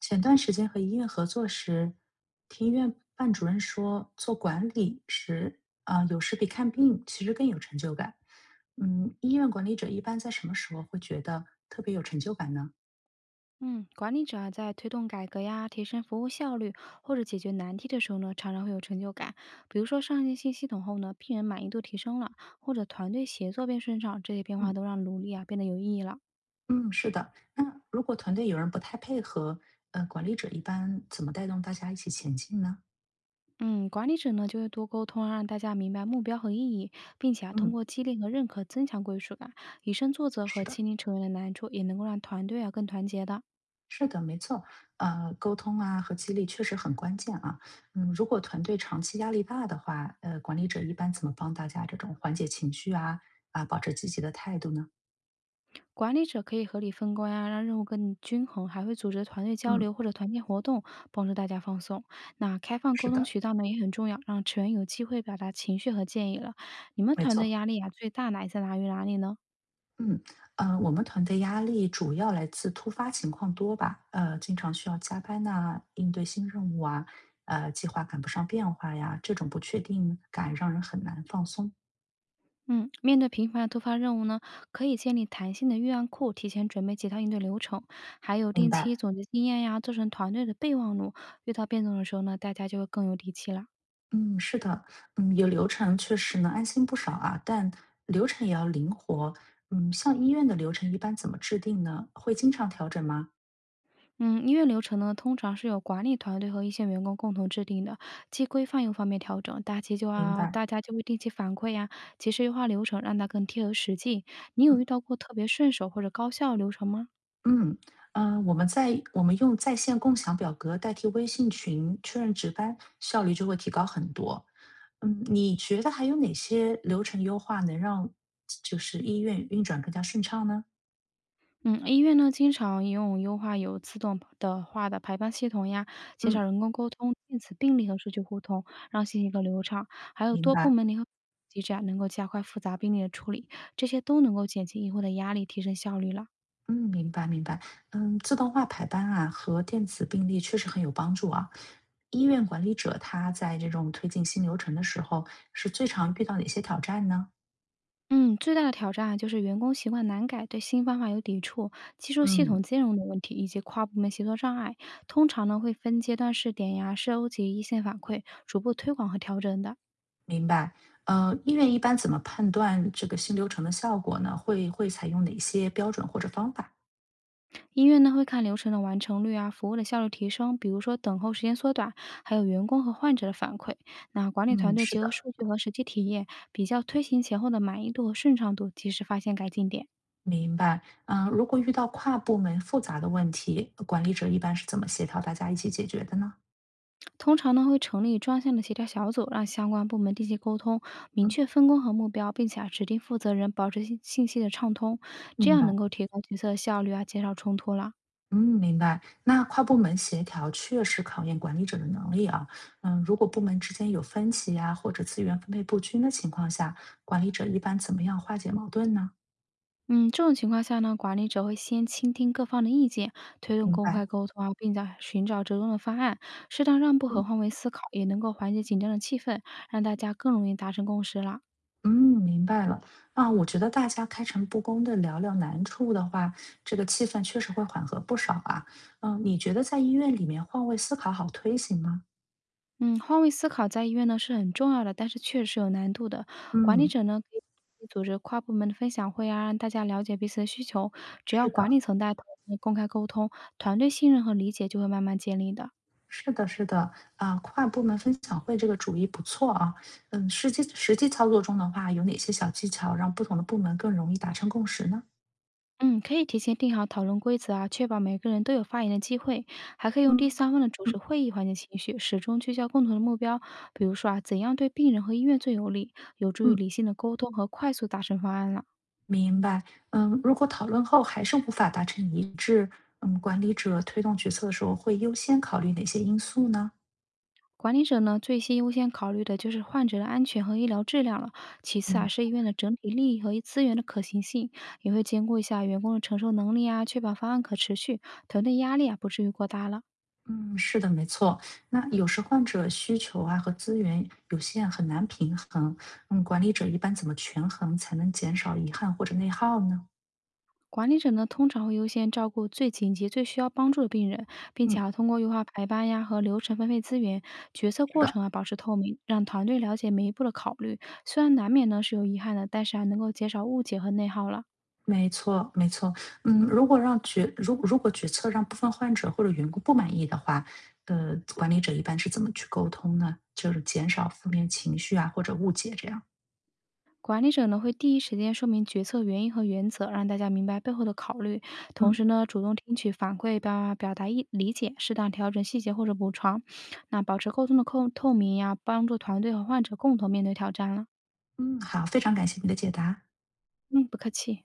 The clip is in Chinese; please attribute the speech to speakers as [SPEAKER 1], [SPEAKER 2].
[SPEAKER 1] 前段时间和医院合作时，听医院办主任说，做管理时啊、有时比看病其实更有成就感。嗯，医院管理者一般在什么时候会觉得特别有成就感呢？
[SPEAKER 2] 嗯，管理者啊，在推动改革呀、提升服务效率或者解决难题的时候呢，常常会有成就感。比如说上线新系统后呢，病人满意度提升了，或者团队协作变顺畅，这些变化
[SPEAKER 1] 嗯
[SPEAKER 2] 都让努力啊变得有意义了。
[SPEAKER 1] 嗯，是的。那如果团队有人不太配合，管理者一般怎么带动大家一起前进呢？
[SPEAKER 2] 嗯，管理者呢就会多沟通啊让大家明白目标和意义，并且啊通
[SPEAKER 1] 嗯，
[SPEAKER 2] 过激励和认可增强归属感，以身作则和
[SPEAKER 1] 是的。
[SPEAKER 2] 倾听成员的难处，也能够让团队啊更团结的。
[SPEAKER 1] 是的，没错，沟通啊和激励确实很关键啊。嗯，如果团队长期压力大的话，管理者一般怎么帮大家这种缓解情绪啊啊，保持积极的态度呢？
[SPEAKER 2] 管理者可以合理分工呀，让任务更均衡，还会组织团队交
[SPEAKER 1] 嗯，
[SPEAKER 2] 流或者团建活动，帮助大家放松。那开放
[SPEAKER 1] 是
[SPEAKER 2] 沟通
[SPEAKER 1] 的，
[SPEAKER 2] 渠道呢也很重要，让成员有机会表达情绪和建议了。你们
[SPEAKER 1] 没
[SPEAKER 2] 团队
[SPEAKER 1] 错。
[SPEAKER 2] 压力啊最大哪一次来源于哪里呢？
[SPEAKER 1] 嗯，我们团队压力主要来自突发情况多吧，经常需要加班呐、应对新任务啊，计划赶不上变化呀，这种不确定感让人很难放松。
[SPEAKER 2] 嗯，面对频繁的突发任务呢，可以建立弹性的预案库，提前准备几套应对流程，还有
[SPEAKER 1] 明
[SPEAKER 2] 定
[SPEAKER 1] 白。
[SPEAKER 2] 期总结经验呀，做成团队的备忘录。遇到变动的时候呢，大家就会更有底气了。
[SPEAKER 1] 嗯，是的，嗯，有流程确实能安心不少啊，但流程也要灵活。嗯，像医院的流程一般怎么制定呢？会经常调整吗？
[SPEAKER 2] 嗯，医院流程呢，通常是由管理团队和一线员工共同制定的，既规范又方便调整。大家就
[SPEAKER 1] 明
[SPEAKER 2] 啊，
[SPEAKER 1] 白，
[SPEAKER 2] 大家就会定期反馈呀、及时优化流程，让它更贴合实际。你有遇
[SPEAKER 1] 嗯
[SPEAKER 2] 到过特别顺手或者高效的流程吗？
[SPEAKER 1] 嗯我们用在线共享表格代替微信群确认值班，效率就会提高很多。嗯，你觉得还有哪些流程优化能让就是医院运转更加顺畅呢？
[SPEAKER 2] 嗯，医院呢经常用优化有自动的化的排班系统呀，减少
[SPEAKER 1] 嗯，
[SPEAKER 2] 人工沟通，电子病历和数据互通，让信息更流畅。还有
[SPEAKER 1] 明
[SPEAKER 2] 多部
[SPEAKER 1] 白。
[SPEAKER 2] 门联合机制啊，能够加快复杂病例的处理，这些都能够减轻医护的压力，提升效率了。
[SPEAKER 1] 嗯，明白明白。嗯，自动化排班啊和电子病历确实很有帮助啊。医院管理者他在这种推进新流程的时候，是最常遇到哪些挑战呢？
[SPEAKER 2] 嗯，最大的挑战啊，就是员工习惯难改，对新方法有抵触，技术系统
[SPEAKER 1] 嗯，
[SPEAKER 2] 兼容的问题，以及跨部门协作障碍。通常呢，会分阶段试点呀，收集一线反馈，逐步推广和调整的。
[SPEAKER 1] 明白。医院一般怎么判断这个新流程的效果呢？会采用哪些标准或者方法？
[SPEAKER 2] 医院呢，会看流程的完成率啊，服务的效率提升，比如说等候时间缩短，还有员工和患者的反馈。那管理团
[SPEAKER 1] 嗯，
[SPEAKER 2] 队
[SPEAKER 1] 是
[SPEAKER 2] 结合
[SPEAKER 1] 的，
[SPEAKER 2] 数据和实际体验，比较推行前后的满意度和顺畅度，及时发现改进点。
[SPEAKER 1] 明白。嗯、如果遇到跨部门复杂的问题，管理者一般是怎么协调大家一起解决的呢？
[SPEAKER 2] 通常呢，会成立专项的协调小组，让相关部门定期沟通，明
[SPEAKER 1] 嗯，
[SPEAKER 2] 确分工和目标，并且啊指定负责人保持信息的畅通，这
[SPEAKER 1] 明
[SPEAKER 2] 样能
[SPEAKER 1] 白。
[SPEAKER 2] 够提高决策效率啊，减少冲突了。
[SPEAKER 1] 嗯，明白。那跨部门协调确实考验管理者的能力啊。嗯，如果部门之间有分歧呀、或者资源分配不均的情况下，管理者一般怎么样化解矛盾呢？
[SPEAKER 2] 嗯，这种情况下呢，管理者会先倾听各方的意见，推动
[SPEAKER 1] 明
[SPEAKER 2] 公开
[SPEAKER 1] 白。
[SPEAKER 2] 沟通啊，并且寻找折中的方案，适当让步和
[SPEAKER 1] 嗯
[SPEAKER 2] 换位思考，也能够缓解紧张的气氛，让大家更容易达成共识啦。
[SPEAKER 1] 嗯，明白了。啊，我觉得大家开诚布公的聊聊难处的话，这个气氛确实会缓和不少啊。嗯，你觉得在医院里面换位思考好推行吗？
[SPEAKER 2] 嗯，换位思考在医院呢是很重要的，但是确实有难度的。管理
[SPEAKER 1] 嗯，
[SPEAKER 2] 者呢可以组织跨部门的分享会啊，让大家了解彼此的需求。只要
[SPEAKER 1] 是
[SPEAKER 2] 管
[SPEAKER 1] 的。
[SPEAKER 2] 理层带头，公开沟通，团队信任和理解就会慢慢建立的。
[SPEAKER 1] 是的，是的，啊，跨部门分享会这个主意不错啊。嗯，实际操作中的话，有哪些小技巧让不同的部门更容易达成共识呢？
[SPEAKER 2] 嗯，可以提前定好讨论规则啊，确保每个人都有发言的机会，还可以用第
[SPEAKER 1] 嗯
[SPEAKER 2] 三方的主
[SPEAKER 1] 嗯
[SPEAKER 2] 持会议缓解情绪，始终聚焦共同的目标。比如说啊，怎样对病人和医院最有利，有助于
[SPEAKER 1] 嗯，
[SPEAKER 2] 理性的沟通和快速达成方案了。
[SPEAKER 1] 明白。嗯，如果讨论后还是无法达成一致，嗯，管理者推动决策的时候会优先考虑哪些因素呢？
[SPEAKER 2] 管理者呢，最先优先考虑的就是患者的安全和医疗质量了，其次啊
[SPEAKER 1] 嗯
[SPEAKER 2] 是医院的整体利益和资源的可行性，也会兼顾一下员工的承受能力啊，确保方案可持续，团队压力啊不至于过大了。
[SPEAKER 1] 嗯，是的，没错。那有时患者需求啊和资源有限，很难平衡。嗯，管理者一般怎么权衡才能减少遗憾或者内耗呢？
[SPEAKER 2] 管理者呢，通常会优先照顾最紧急、最需要帮助的病人，并
[SPEAKER 1] 嗯，
[SPEAKER 2] 且啊，通过优化排班呀和流程分配资源，决策
[SPEAKER 1] 是
[SPEAKER 2] 过
[SPEAKER 1] 的。
[SPEAKER 2] 程啊保持透明，让团队了解每一步的考虑。虽然难免呢是有遗憾的，但是啊，能够减少误解和内耗了。
[SPEAKER 1] 没错，没错。嗯，如果决策让部分患者或者员工不满意的话，管理者一般是怎么去沟通呢？就是减少负面情绪啊，或者误解这样。
[SPEAKER 2] 管理者呢会第一时间说明决策原因和原则，让大家明白背后的考虑。同
[SPEAKER 1] 嗯
[SPEAKER 2] 时呢，主动听取反馈，表达意理解，适当调整细节或者补偿。那保持沟通的透明呀，帮助团队和患者共同面对挑战了。
[SPEAKER 1] 嗯，好，非常感谢你的解答。
[SPEAKER 2] 嗯，不客气。